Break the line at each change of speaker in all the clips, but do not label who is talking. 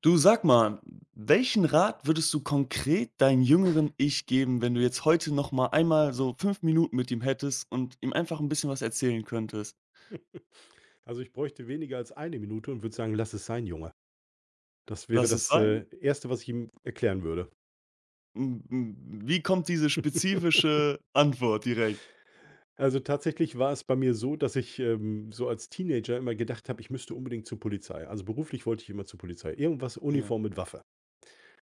Du sag mal, welchen Rat würdest du konkret deinem jüngeren Ich geben, wenn du jetzt heute noch mal einmal so 5 Minuten mit ihm hättest und ihm einfach 'n bisschen was erzählen könntest?
Also, ich bräuchte weniger als eine Minute und würde sagen: „Lass es sein, Junge.“ Das wäre
Lass es
das,
sein?
1., was ich ihm erklären würde.
Hm, hm, wie kommt diese spezifische Antwort direkt?
Also, tatsächlich war es bei mir so, dass ich, so als Teenager immer gedacht habe, ich müsste unbedingt zur Polizei. Also, beruflich wollte ich immer zur Polizei. Irgendwas
Ja.
Uniform mit Waffe.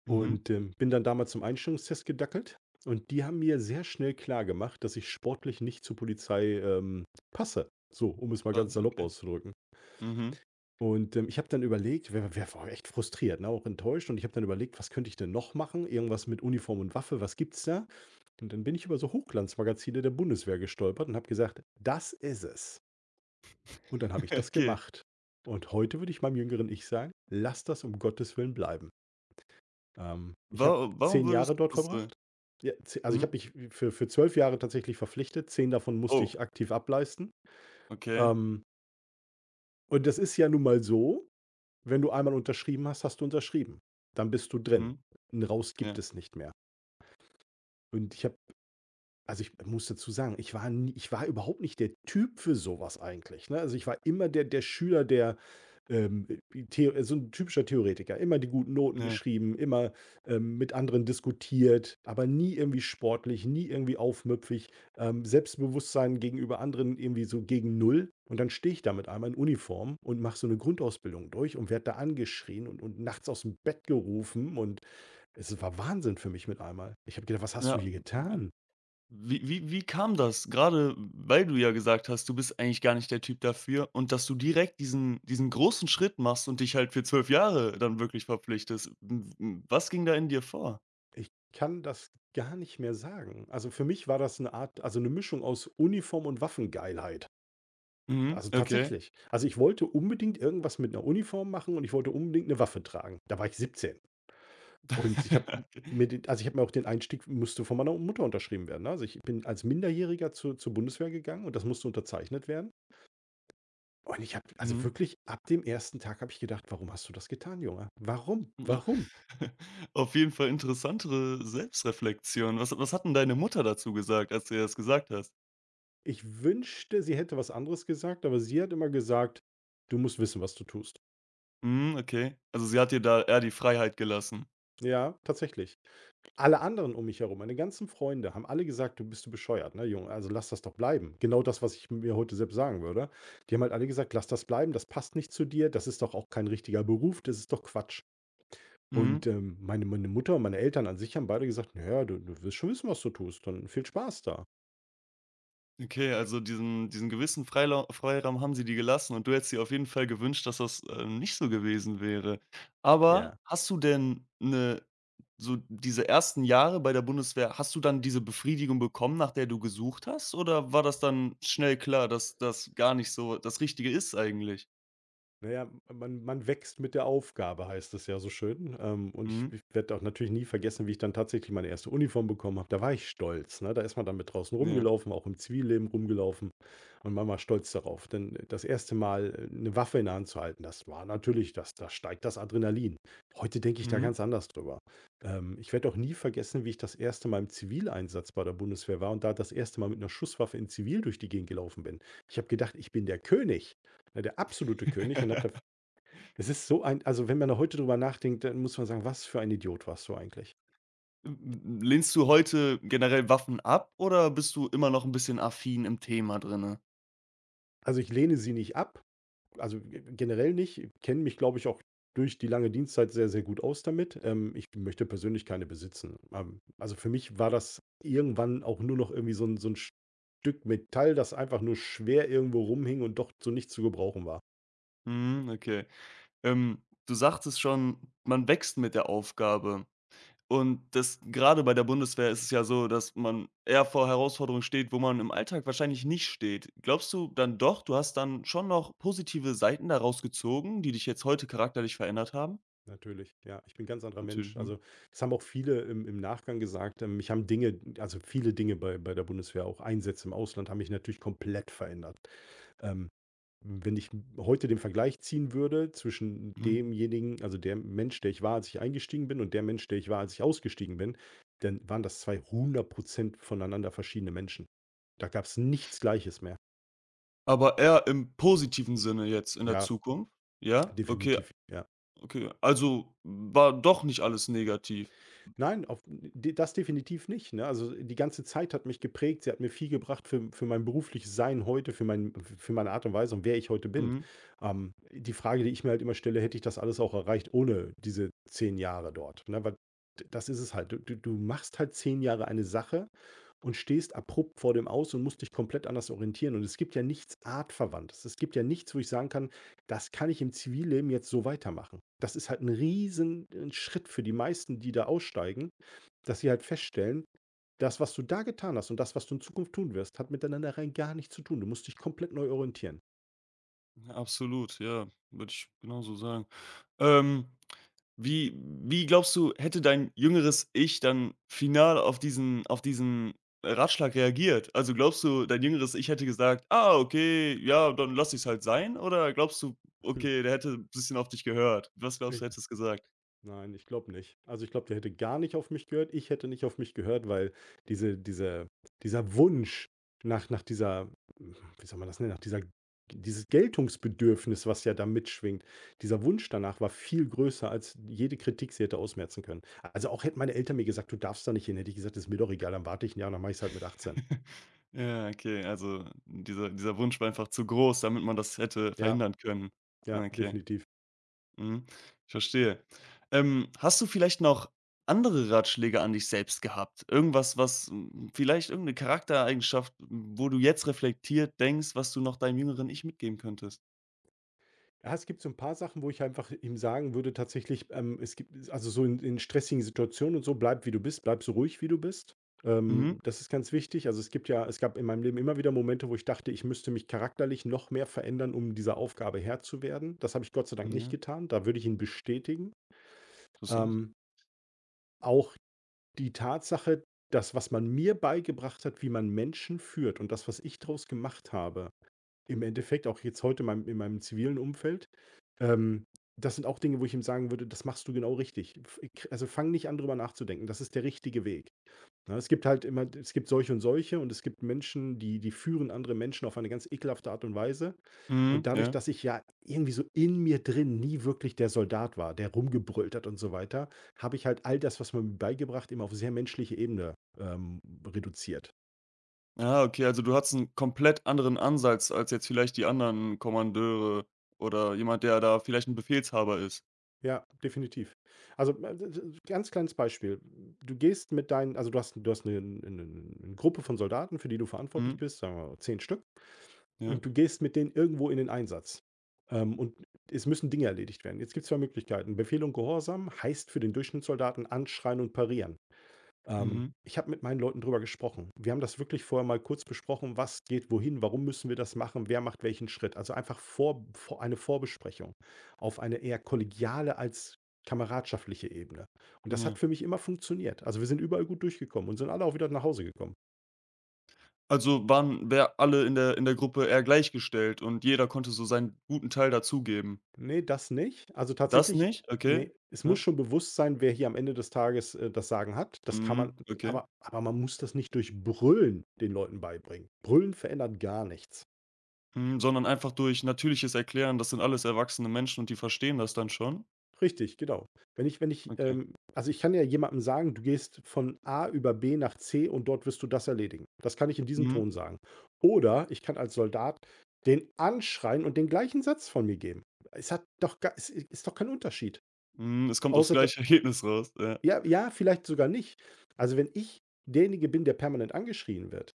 Mhm.
Und, bin dann damals zum Einstellungstest gedackelt und die haben mir sehr schnell klar gemacht, dass ich sportlich nicht zur Polizei, passe. So, um es mal
Ah,
ganz salopp
okay.
auszudrücken.
Mhm.
Und, ich habe dann überlegt, wer war echt frustriert, ne, auch enttäuscht, und ich habe dann überlegt: „Was könnte ich denn noch machen? Irgendwas mit Uniform und Waffe, was gibt's da?“ Und dann bin ich über so Hochglanzmagazine der Bundeswehr gestolpert und habe gesagt: „Das ist es.“ Und dann habe ich das
Okay.
gemacht. Und heute würde ich meinem jüngeren Ich sagen: „Lass das um Gottes Willen bleiben.“ ich
Wa
habe
warum
10
würdest
Jahre dort
ach so.
verbracht. Ja, ze also, ich habe
Mhm.
mich für 12 Jahre tatsächlich verpflichtet, 10 davon musste
Oh,
ich aktiv ableisten.
okay.
Ähm, und das ist ja nun mal so. Wenn du einmal unterschrieben hast, hast du unterschrieben. Dann bist du drin.
Mhm.
'N Raus gibt
Ja,
es nicht mehr. Und ich habe, also, ich muss dazu sagen, ich war überhaupt nicht der Typ für sowas eigentlich, ne? Also, ich war immer der Schüler, der ähm, äh, so 'n typischer Theoretiker, immer die guten Noten
ja.
geschrieben, immer, mit anderen diskutiert, aber nie irgendwie sportlich, nie irgendwie aufmüpfig, Selbstbewusstsein gegenüber anderen irgendwie so gegen null. Und dann stehe ich da mit einmal in Uniform und mache so 'ne Grundausbildung durch und werde da angeschrien und nachts aus'm Bett gerufen, und es war Wahnsinn für mich mit einmal. Ich habe gedacht: „Was hast du
Ja.
hier getan?“
Wie kam das? Gerade weil du ja gesagt hast, du bist eigentlich gar nicht der Typ dafür, und dass du direkt diesen großen Schritt machst und dich halt für 12 Jahre dann wirklich verpflichtest. W w was ging da in dir vor?
Ich kann das gar nicht mehr sagen. Also, für mich war das 'ne Mischung aus Uniform und Waffengeilheit.
Mhm,
Also
okay.
tatsächlich. Also, ich wollte unbedingt irgendwas mit einer Uniform machen und ich wollte unbedingt eine Waffe tragen. Da war ich 17. Und ich habe
Okay.
mir den, ich habe mir auch den Einstieg musste von meiner Mutter unterschrieben werden, ne? Also, ich bin als Minderjähriger zur Bundeswehr gegangen und das musste unterzeichnet werden. Und ich habe, also
Mhm.
wirklich ab dem ersten Tag, habe ich gedacht: „Warum hast du das getan, Junge? Warum?
Ja.
Warum?“
Auf jeden Fall interessantere Selbstreflexion. Was hat 'n deine Mutter dazu gesagt, als du ihr das gesagt hast?
Ich wünschte, sie hätte was anderes gesagt, aber sie hat immer gesagt: „Du musst wissen, was du tust.“
Mhm, okay. Also, sie hat dir da eher die Freiheit gelassen.
Ja, tatsächlich. Alle anderen um mich herum, meine ganzen Freunde, haben alle gesagt: „Du bescheuert, ne, Junge? Also, lass das doch bleiben.“ Genau das, was ich mir heute selbst sagen würde. Die haben halt alle gesagt: „Lass das bleiben, das passt nicht zu dir, das ist doch auch kein richtiger Beruf, das ist doch Quatsch.“ Und,
Mhm.
meine Mutter und meine Eltern an sich haben beide gesagt: „Naja, du wirst schon wissen, was du tust. Dann viel Spaß da.“
Okay, also diesen gewissen Freilau Freiraum haben sie dir gelassen, und du hättest dir auf jeden Fall gewünscht, dass das, nicht so gewesen wäre. Aber
Ja.
hast du denn eine so diese ersten Jahre bei der Bundeswehr, hast du dann diese Befriedigung bekommen, nach der du gesucht hast? Oder war das dann schnell klar, dass das gar nicht so das Richtige ist eigentlich?
Na ja, man wächst mit der Aufgabe, heißt es ja so schön. Und ich
Mhm.
ich werde auch natürlich nie vergessen, wie ich dann tatsächlich meine erste Uniform bekommen habe. Da war ich stolz, ne? Da ist man dann mit draußen
Ja.
rumgelaufen, auch im Zivilleben rumgelaufen, und man war stolz darauf. Denn das erste Mal 'ne Waffe in der Hand zu halten, das war natürlich, das, da steigt das Adrenalin. Heute denke ich da
Mhm.
ganz anders drüber. Ich werde auch nie vergessen, wie ich das erste Mal im Zivileinsatz bei der Bundeswehr war und da das erste Mal mit einer Schusswaffe in Zivil durch die Gegend gelaufen bin. Ich habe gedacht, ich bin der König. Ja, der absolute König, und habe da es ist so ein, wenn man da heute drüber nachdenkt, dann muss man sagen: „Was für ein Idiot warst du eigentlich?“
Lehnst du heute generell Waffen ab, oder bist du immer noch ein bisschen affin im Thema drinne?
Also, ich lehne sie nicht ab, also g generell nicht, kenne mich, glaube ich, auch durch die lange Dienstzeit sehr, sehr gut aus damit. Ich möchte persönlich keine besitzen. Also, für mich war das irgendwann auch nur noch irgendwie so 'n Stück Metall, das einfach nur schwer irgendwo rumhing und doch zu nichts zu gebrauchen war.
Mhm, okay. Du sagtest schon, man wächst mit der Aufgabe. Und das, gerade bei der Bundeswehr, ist es ja so, dass man eher vor Herausforderungen steht, wo man im Alltag wahrscheinlich nicht steht. Glaubst du dann doch, du hast dann schon noch positive Seiten daraus gezogen, die dich jetzt heute charakterlich verändert haben?
Natürlich, ja. Ich bin 'n ganz anderer Mensch.
Natürlich, mhm.
Also, das haben auch viele im Nachgang gesagt. Mich haben Dinge, viele Dinge bei der Bundeswehr, auch Einsätze im Ausland, haben mich natürlich komplett verändert. Ähm, wenn ich heute den Vergleich ziehen würde zwischen
Mhm.
demjenigen, der Mensch, der ich war, als ich eingestiegen bin, und der Mensch, der ich war, als ich ausgestiegen bin, dann waren das 200% voneinander verschiedene Menschen. Da gab es nichts Gleiches mehr.
Aber eher im positiven Sinne jetzt in der
Ja,
Zukunft? Ja? Okay,
definitiv, ja.
okay. Also war doch nicht alles negativ.
Nein, auf d das definitiv nicht, ne? Also, die ganze Zeit hat mich geprägt. Sie hat mir viel gebracht für mein berufliches Sein heute, für meine Art und Weise und wer ich heute bin.
Mhm.
Die Frage, die ich mir halt immer stelle: „Hätte ich das alles auch erreicht ohne diese 10 Jahre dort?“ Ne, weil d das ist es halt. Du machst halt 10 Jahre eine Sache und stehst abrupt vor dem Aus und musst dich komplett anders orientieren. Und es gibt ja nichts artverwandtes. Es gibt ja nichts, wo ich sagen kann, das kann ich im Zivilleben jetzt so weitermachen. Das ist halt ein riesen Schritt für die meisten, die da aussteigen, dass sie halt feststellen: „Das, was du da getan hast, und das, was du in Zukunft tun wirst, hat miteinander rein gar nichts zu tun. Du musst dich komplett neu orientieren.“
Ja, absolut, ja, würde ich genauso sagen. Ähm, Wie glaubst du, hätte dein jüngeres Ich dann final auf diesen Ratschlag reagiert? Also, glaubst du, dein jüngeres Ich hätte gesagt: „Ah, okay, ja, dann lass ich's halt sein“, oder glaubst du:
Hm.
„Okay, der hätte ein bisschen auf dich gehört“? Was glaubst
ich
du, hättest gesagt?
Nein, ich glaube nicht. Also, ich glaube, der hätte gar nicht auf mich gehört. Ich hätte nicht auf mich gehört, weil diese diese dieser Wunsch nach dieser, wie soll man das nennen, nach dieser, dieses Geltungsbedürfnis, was ja da mitschwingt, dieser Wunsch danach war viel größer, als jede Kritik sie hätte ausmerzen können. Also, auch hätten meine Eltern mir gesagt: „Du darfst da nicht hin“, hätte ich gesagt: „Ist mir doch egal, dann warte ich ein Jahr und dann mache ich es halt mit 18.“
Ja, okay, also, dieser Wunsch war einfach zu groß, damit man das hätte
Ja,
verhindern können.
ja,
Okay.
definitiv.
Mhm, ich verstehe. Hast du vielleicht noch andere Ratschläge an dich selbst gehabt? Irgendwas, was, vielleicht irgendeine 'ne Charaktereigenschaft, wo du jetzt reflektiert denkst, was du noch deinem jüngeren Ich mitgeben könntest?
Ja, es gibt so ein paar Sachen, wo ich einfach ihm sagen würde tatsächlich, es gibt, also, so in stressigen Situationen und so: „Bleib, wie du bist, bleib so ruhig, wie du bist.“
Mhm.
Das ist ganz wichtig. Also, es gibt ja es gab in meinem Leben immer wieder Momente, wo ich dachte, ich müsste mich charakterlich noch mehr verändern, um dieser Aufgabe Herr zu werden. Das habe ich Gott sei Dank nicht
Ja,
getan. Da würde ich ihn bestätigen.
interessant.
Ähm, auch die Tatsache, das, was man mir beigebracht hat, wie man Menschen führt, und das, was ich daraus gemacht habe im Endeffekt auch jetzt heute in meinem, zivilen Umfeld. Ähm, das sind auch Dinge, wo ich ihm sagen würde: „Das machst du genau richtig. F Also, fang nicht an, drüber nachzudenken. Das ist der richtige Weg.“ Ne, es gibt solche und solche und es gibt Menschen, die führen andere Menschen auf eine ganz ekelhafte Art und Weise. Und
Mhm,
dadurch,
ja.
dass ich ja irgendwie so in mir drin nie wirklich der Soldat war, der rumgebrüllt hat und so weiter, habe ich halt all das, was man mir beigebracht, immer auf sehr menschliche Ebene, reduziert.
Ah, okay, also du hattest einen komplett anderen Ansatz als jetzt vielleicht die anderen Kommandeure oder jemand, der da vielleicht ein Befehlshaber ist.
Ja, definitiv. Also, d ganz kleines Beispiel. Du gehst mit deinen also, du hast, du hast eine 'ne 'ne 'ne Gruppe von Soldaten, für die du verantwortlich
Mhm,
bist, sagen wir mal 10 Stück,
ja.
und du gehst mit denen irgendwo in den Einsatz. Und es müssen Dinge erledigt werden. Jetzt gibt's 2 Möglichkeiten. Befehl und Gehorsam heißt für den Durchschnittssoldaten anschreien und parieren.
Mhm,
Ich habe mit meinen Leuten drüber gesprochen. Wir haben das wirklich vorher mal kurz besprochen, was geht wohin, warum müssen wir das machen, wer macht welchen Schritt. Also einfach vor, vor eine Vorbesprechung auf eine eher kollegiale als kameradschaftliche Ebene. Und das hat
ja.
für mich immer funktioniert. Also, wir sind überall gut durchgekommen und sind alle auch wieder nach Hause gekommen.
Also, waren wir alle in der Gruppe eher gleichgestellt, und jeder konnte so seinen guten Teil dazugeben.
Nee, das nicht. Also
Das
tatsächlich,
nicht? Okay.
nee, es muss
Ja.
schon bewusst sein, wer hier am Ende des Tages das Sagen hat. Das kann man,
Mhm. Okay.
aber man muss das nicht durch Brüllen den Leuten beibringen. Brüllen verändert gar nichts.
Mhm, sondern einfach durch natürliches Erklären, das sind alles erwachsene Menschen und die verstehen das dann schon?
Richtig, genau. Wenn ich wenn ich,
Okay.
ähm also, ich kann ja jemandem sagen: „Du gehst von A über B nach C und dort wirst du das erledigen.“ Das kann ich in diesem
Mhm.
Ton sagen. Oder ich kann als Soldat den anschreien und den gleichen Satz von mir geben. Es ist doch kein Unterschied.
Mhm, es kommt aufs
Außer da
gleiche Ergebnis raus, ja.
Ja, ja, vielleicht sogar nicht. Also, wenn ich derjenige bin, der permanent angeschrien wird,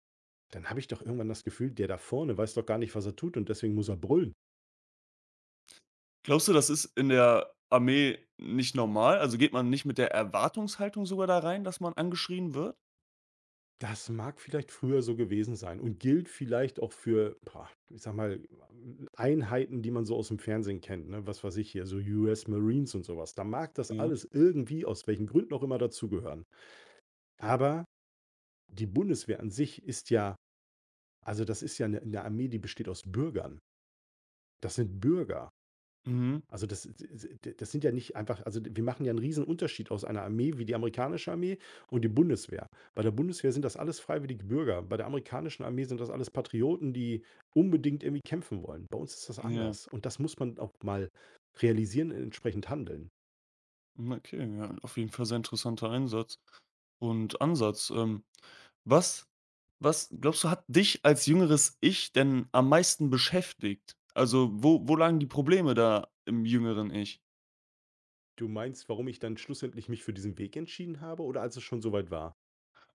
dann habe ich doch irgendwann das Gefühl, der da vorne weiß doch gar nicht, was er tut und deswegen muss er brüllen.
Glaubst du, das ist in der Armee nicht normal? Also, geht man nicht mit der Erwartungshaltung sogar da rein, dass man angeschrien wird?
Das mag vielleicht früher so gewesen sein und gilt vielleicht auch für, boah, ich sage mal, Einheiten, die man so aus dem Fernsehen kennt, ne? Was weiß ich hier, so US Marines und sowas. Da mag das
Ja.
alles irgendwie, aus welchen Gründen auch immer, dazugehören. Aber die Bundeswehr an sich ist ja also, das ist ja 'ne Armee, die besteht aus Bürgern. Das sind Bürger.
Mhm.
Also das sind ja nicht einfach also wir machen ja einen riesen Unterschied aus einer Armee wie die amerikanische Armee und die Bundeswehr. Bei der Bundeswehr sind das alles freiwillige Bürger. Bei der amerikanischen Armee sind das alles Patrioten, die unbedingt irgendwie kämpfen wollen. Bei uns ist das
Ja.
anders und das muss man auch mal realisieren und entsprechend handeln.
Mhm, okay, ja, auf jeden Fall sehr interessanter Einsatz und Ansatz, Was was glaubst du, hat dich als jüngeres Ich denn am meisten beschäftigt? Also, wo lagen die Probleme da im jüngeren Ich?
Du meinst, warum ich dann schlussendlich mich für diesen Weg entschieden habe oder als es schon so weit war?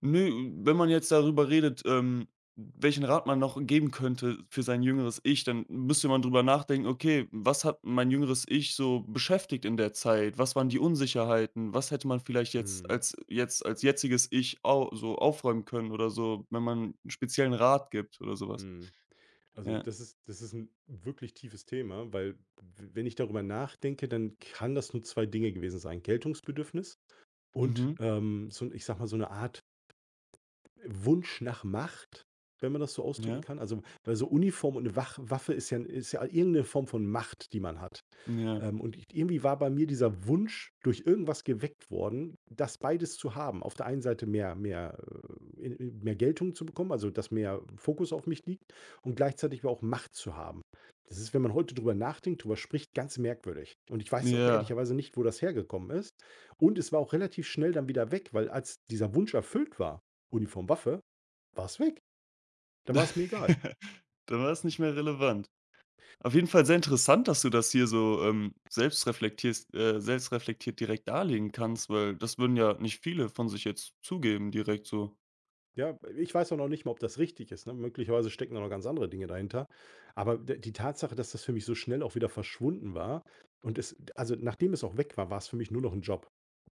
Nö, wenn man jetzt darüber redet, welchen Rat man noch geben könnte für sein jüngeres Ich, dann müsste man drüber nachdenken: „Okay, was hat mein jüngeres Ich so beschäftigt in der Zeit? Was waren die Unsicherheiten? Was hätte man vielleicht
Mhm,
jetzt als jetziges Ich au so aufräumen können?“ oder so, wenn man 'n speziellen Rat gibt oder so was.
mhm. Also
Ja.
das ist ein wirklich tiefes Thema, weil w wenn ich darüber nachdenke, dann kann das nur 2 Dinge gewesen sein. Geltungsbedürfnis. Und,
Mhm.
so 'n ich sage mal, so 'ne Art Wunsch nach Macht, wenn man das so ausdrücken
Ja.
kann? Also, weil so Uniform und eine Wach Waffe ist ja 'n ist ja irgend 'ne Form von Macht, die man hat.
Ja.
Und i irgendwie war bei mir dieser Wunsch durch irgendwas geweckt worden, das beides zu haben. Auf der einen Seite mehr, in mehr Geltung zu bekommen, also, dass mehr Fokus auf mich liegt und gleichzeitig aber auch Macht zu haben. Das ist, wenn man heute drüber nachdenkt, drüber spricht, ganz merkwürdig. Und ich weiß auch
Ja,
ehrlicherweise nicht, wo das hergekommen ist. Und es war auch relativ schnell dann wieder weg, weil als dieser Wunsch erfüllt war, Uniform, Waffe, war's weg. Da war es mir egal.
dann war es nicht mehr relevant. Auf jeden Fall sehr interessant, dass du das hier so, selbst reflektiert direkt darlegen kannst, weil das würden ja nicht viele von sich jetzt zugeben direkt so.
Ja, ich weiß auch noch nicht mal, ob das richtig ist, ne? Möglicherweise stecken da noch ganz andere Dinge dahinter. Aber d die Tatsache, dass das für mich so schnell auch wieder verschwunden war und es also, nachdem es auch weg war, war es für mich nur noch ein Job,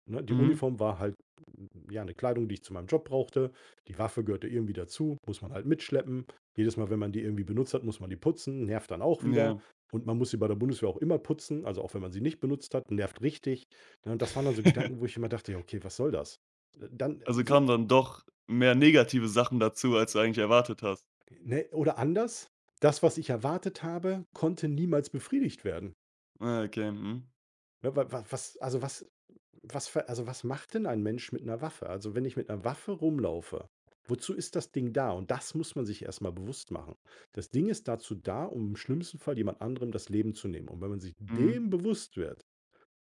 ne? Die
Mhm,
Uniform war halt, hm, ja, eine Kleidung, die ich zu meinem Job brauchte. Die Waffe gehörte irgendwie dazu, muss man halt mitschleppen. Jedes Mal, wenn man die irgendwie benutzt hat, muss man die putzen, nervt dann auch wieder.
ja.
Und man muss sie bei der Bundeswehr auch immer putzen, also auch wenn man sie nicht benutzt hat, nervt richtig. Ne, und das waren dann so Gedanken, wo ich immer dachte: „Ja, okay, was soll das?“ dann
Also
so
kamen dann doch mehr negative Sachen dazu, als du eigentlich erwartet hast.
Ne, oder anders, das, was ich erwartet habe, konnte niemals befriedigt werden.
Ah, okay, mhm,
Ne, wa wa was also, was was ver also, was macht denn ein Mensch mit einer Waffe? Also, wenn ich mit einer Waffe rumlaufe, wozu ist das Ding da? Und das muss man sich erstmal bewusst machen. Das Ding ist dazu da, um im schlimmsten Fall jemand anderem das Leben zu nehmen. Und wenn man sich
mhm,
dem bewusst wird,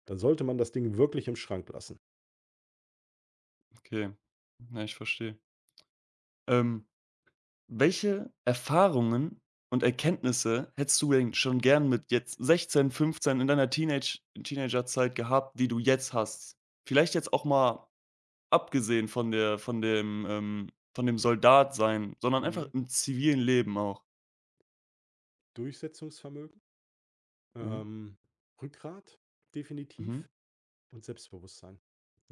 dann sollte man das Ding wirklich im Schrank lassen.
okay. Na, ich verstehe. Ähm Welche Erfahrungen und Erkenntnisse hättest du denn schon gern mit jetzt 16, 15 in deiner Teenagerzeit gehabt, die du jetzt hast? Vielleicht jetzt auch mal abgesehen von dem Soldat sein, sondern einfach
Mhm.
im zivilen Leben auch,
Durchsetzungsvermögen,
ja?
ähm, Rückgrat,
Mhm.
definitiv. Und Selbstbewusstsein.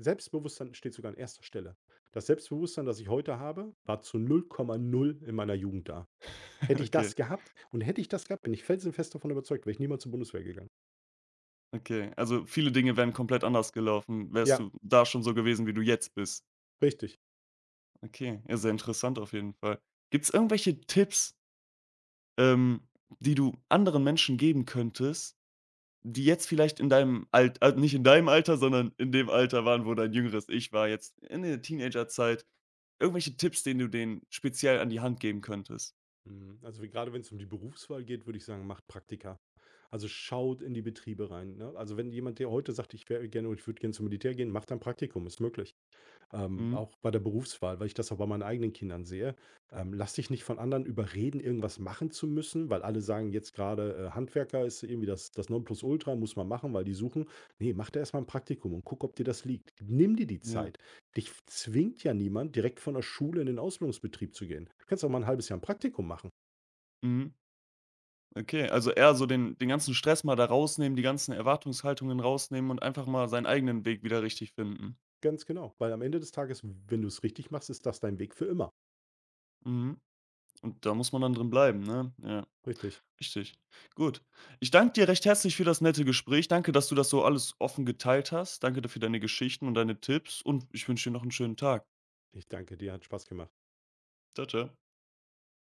Selbstbewusstsein steht sogar an erster Stelle. Das Selbstbewusstsein, das ich heute habe, war zu null Komma null in meiner Jugend da. Hätte ich das
Okay,
gehabt und hätte ich das gehabt, bin ich felsenfest davon überzeugt, wäre ich niemals zur Bundeswehr gegangen.
okay. Also, viele Dinge wären komplett anders gelaufen, wärst
Ja,
du da schon so gewesen, wie du jetzt bist.
richtig.
Okay, ja, sehr interessant auf jeden Fall. Gibt's irgendwelche Tipps, ähm, die du anderen Menschen geben könntest, die jetzt vielleicht in deinem Alt also, nicht in deinem Alter, sondern in dem Alter waren, wo dein jüngeres Ich war, jetzt in der Teenagerzeit, irgendwelche Tipps, denen du denen speziell an die Hand geben könntest?
Mhm. Also wie gerade wenn es um die Berufswahl geht, würde ich sagen, macht Praktika. Also schaut in die Betriebe rein. Ne? Also wenn jemand, der heute sagt, ich wäre gerne und ich würde gerne zum Militär gehen, macht ein Praktikum, ist möglich.
Mhm.
Auch bei der Berufswahl, weil ich das auch bei meinen eigenen Kindern sehe. Lass dich nicht von anderen überreden, irgendwas machen zu müssen, weil alle sagen jetzt gerade, Handwerker ist irgendwie das Nonplusultra, muss man machen, weil die suchen. Nee, mach da erstmal ein Praktikum und guck, ob dir das liegt. Nimm dir die
Ja.
Zeit. Dich zwingt ja niemand, direkt von der Schule in den Ausbildungsbetrieb zu gehen. Du kannst auch mal ein halbes Jahr ein Praktikum machen.
Mhm. Okay, also eher so den ganzen Stress mal da rausnehmen, die ganzen Erwartungshaltungen rausnehmen und einfach mal seinen eigenen Weg wieder richtig finden.
Ganz genau. Weil am Ende des Tages, wenn du es richtig machst, ist das dein Weg für immer.
Mhm. Und da muss man dann drin bleiben, ne? Ja.
Richtig.
Richtig. Gut. Ich danke dir recht herzlich für das nette Gespräch. Danke, dass du das so alles offen geteilt hast. Danke dafür, deine Geschichten und deine Tipps, und ich wünsche dir noch einen schönen Tag.
Ich danke dir, hat Spaß gemacht.
Tschau, tschau.